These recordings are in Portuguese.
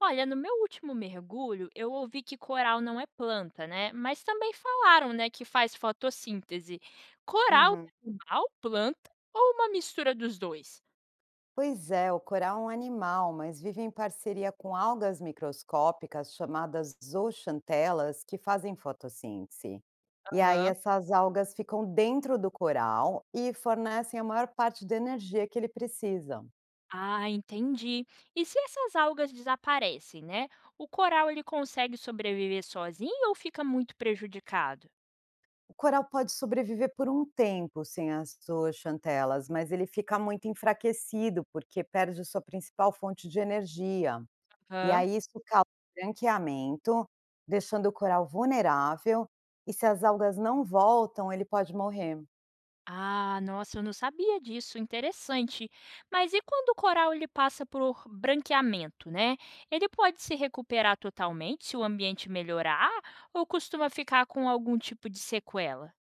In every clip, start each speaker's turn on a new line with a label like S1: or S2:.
S1: Olha, no meu último mergulho, eu ouvi que coral não é planta, né? Mas também falaram, né, que faz fotossíntese. Coral é
S2: Uhum.
S1: animal, planta ou uma mistura dos dois?
S2: Pois é, o coral é um animal, mas vive em parceria com algas microscópicas chamadas zooxantelas que fazem fotossíntese. E aí
S1: Aham.
S2: essas algas ficam dentro do coral e fornecem a maior parte da energia que ele precisa.
S1: Ah, entendi. E se essas algas desaparecem, né? O coral ele consegue sobreviver sozinho ou fica muito prejudicado?
S2: O coral pode sobreviver por um tempo sem as zooxantelas, mas ele fica muito enfraquecido porque perde sua principal fonte de energia. E aí isso causa branqueamento, deixando o coral vulnerável, e se as algas não voltam, ele pode morrer.
S1: Ah, nossa, eu não sabia disso, interessante. Mas e quando o coral ele passa por branqueamento, né? Ele pode se recuperar totalmente se o ambiente melhorar ou costuma ficar com algum tipo de sequela?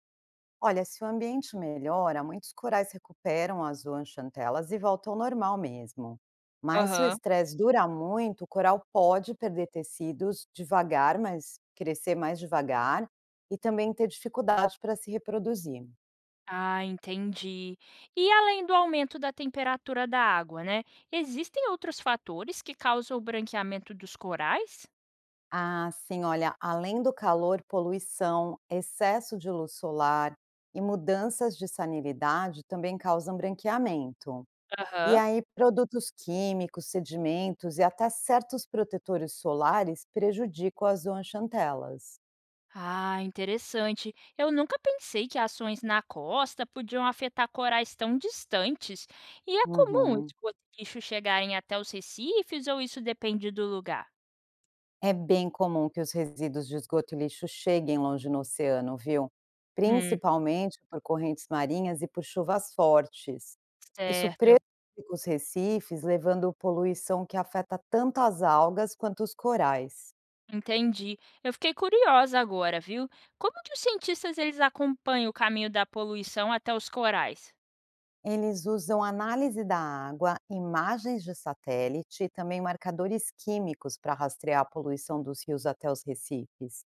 S2: Olha, se o ambiente melhora, muitos corais recuperam as zooxantelas e voltam ao normal mesmo. Mas se o
S1: Aham.
S2: estresse dura muito, o coral pode perder tecidos devagar, mas crescer mais devagar, e também ter dificuldade para se reproduzir.
S1: Ah, entendi. E além do aumento da temperatura da água, né? Existem outros fatores que causam o branqueamento dos corais?
S2: Ah, sim, olha, além do calor, poluição, excesso de luz solar e mudanças de sanilidade também causam branqueamento. E
S1: Aham.
S2: aí, produtos químicos, sedimentos e até certos protetores solares prejudicam as zooxantelas.
S1: Ah, interessante. Eu nunca pensei que ações na costa podiam afetar corais tão distantes. E é comum
S2: Uhum.
S1: os lixo chegarem até os recifes ou isso depende do lugar?
S2: É bem comum que os resíduos de esgoto e lixo cheguem longe no oceano, viu?
S1: Hum,
S2: Principalmente por correntes marinhas e por chuvas fortes. Isso prejudica
S1: certo.
S2: os recifes, levando poluição que afeta tanto as algas quanto os corais.
S1: Entendi. Eu fiquei curiosa agora, viu? Como que os cientistas eles acompanham o caminho da poluição até os corais?
S2: Eles usam análise da água, imagens de satélite e também marcadores químicos para rastrear a poluição dos rios até os recifes.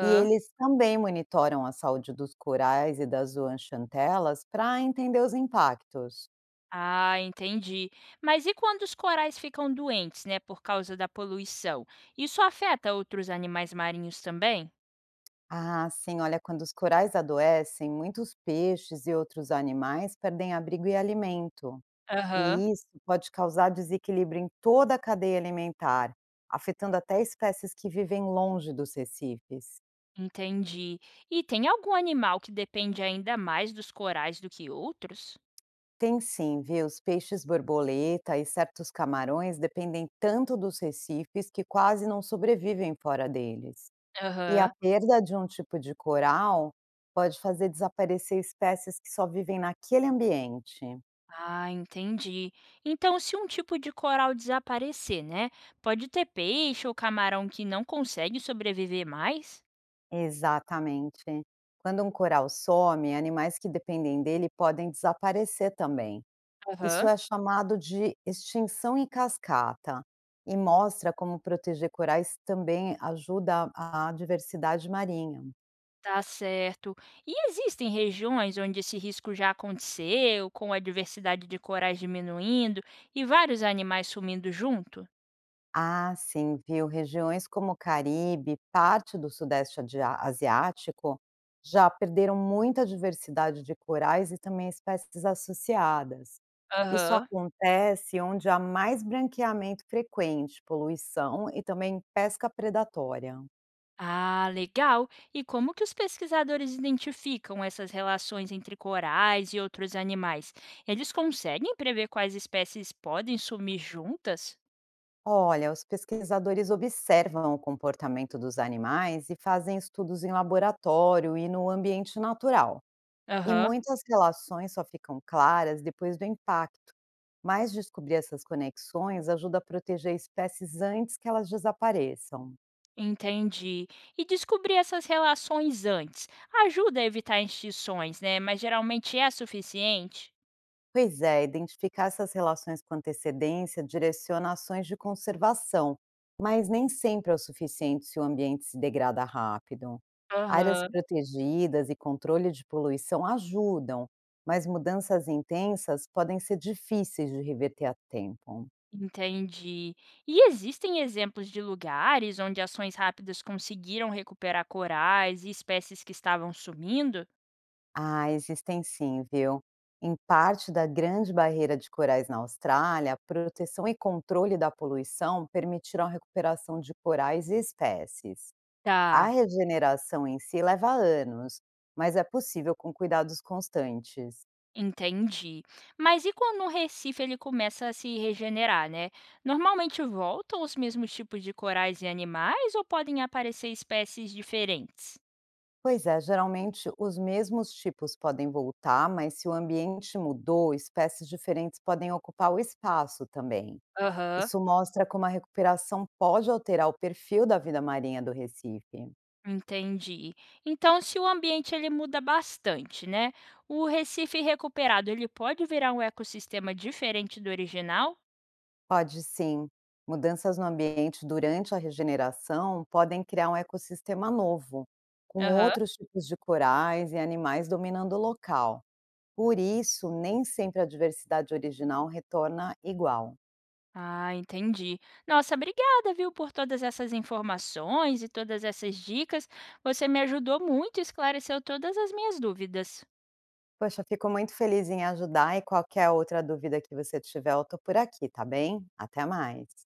S2: E eles também monitoram a saúde dos corais e das zooxantelas para entender os impactos.
S1: Ah, entendi. Mas e quando os corais ficam doentes, né, por causa da poluição? Isso afeta outros animais marinhos também?
S2: Ah, sim, olha, quando os corais adoecem, muitos peixes e outros animais perdem abrigo e alimento.
S1: Aham,
S2: E isso pode causar desequilíbrio em toda a cadeia alimentar, afetando até espécies que vivem longe dos recifes.
S1: entendi. E tem algum animal que depende ainda mais dos corais do que outros?
S2: Tem sim, viu? Os peixes borboleta e certos camarões dependem tanto dos recifes que quase não sobrevivem fora deles. E a
S1: Aham.
S2: perda de um tipo de coral pode fazer desaparecer espécies que só vivem naquele ambiente.
S1: Ah, entendi. Então, se um tipo de coral desaparecer, né? Pode ter peixe ou camarão que não consegue sobreviver mais?
S2: Exatamente. Quando um coral some, animais que dependem dele podem desaparecer também. Isso
S1: Aham.
S2: é chamado de extinção em cascata e mostra como proteger corais também ajuda a diversidade marinha.
S1: Tá certo. E existem regiões onde esse risco já aconteceu, com a diversidade de corais diminuindo e vários animais sumindo junto?
S2: Ah, sim, viu? Regiões como o Caribe, parte do Sudeste Asiático, já perderam muita diversidade de corais e também espécies associadas. Isso
S1: Aham.
S2: acontece onde há mais branqueamento frequente, poluição e também pesca predatória.
S1: Ah, legal! E como que os pesquisadores identificam essas relações entre corais e outros animais? Eles conseguem prever quais espécies podem sumir juntas?
S2: Olha, os pesquisadores observam o comportamento dos animais e fazem estudos em laboratório e no ambiente natural. E
S1: Aham,
S2: muitas relações só ficam claras depois do impacto. Mas descobrir essas conexões ajuda a proteger espécies antes que elas desapareçam.
S1: entendi. E descobrir essas relações antes ajuda a evitar extinções, né? Mas geralmente é suficiente?
S2: Pois é, identificar essas relações com antecedência direciona ações de conservação, mas nem sempre é o suficiente se o ambiente se degrada rápido. Áreas
S1: Aham,
S2: protegidas e controle de poluição ajudam, mas mudanças intensas podem ser difíceis de reverter a tempo.
S1: entendi. E existem exemplos de lugares onde ações rápidas conseguiram recuperar corais e espécies que estavam sumindo?
S2: Ah, existem sim, viu? Em parte da Grande Barreira de Corais na Austrália, a proteção e controle da poluição permitiram a recuperação de corais e espécies. A
S1: Tá.
S2: regeneração em si leva anos, mas é possível com cuidados constantes.
S1: Entendi. Mas e quando o Recife ele começa a se regenerar, né? Normalmente voltam os mesmos tipos de corais e animais ou podem aparecer espécies diferentes?
S2: Pois é, geralmente os mesmos tipos podem voltar, mas se o ambiente mudou, espécies diferentes podem ocupar o espaço também.
S1: Aham.
S2: Isso mostra como a recuperação pode alterar o perfil da vida marinha do Recife.
S1: Entendi. Então, se o ambiente ele muda bastante, né? O Recife recuperado ele pode virar um ecossistema diferente do original?
S2: Pode sim. Mudanças no ambiente durante a regeneração podem criar um ecossistema novo, com
S1: Aham.
S2: outros tipos de corais e animais dominando o local. Por isso, nem sempre a diversidade original retorna igual.
S1: Ah, entendi. Nossa, obrigada, viu, por todas essas informações e todas essas dicas. Você me ajudou muito e esclareceu todas as minhas dúvidas.
S2: Poxa, fico muito feliz em ajudar e qualquer outra dúvida que você tiver, eu tô por aqui, tá bem? Até mais.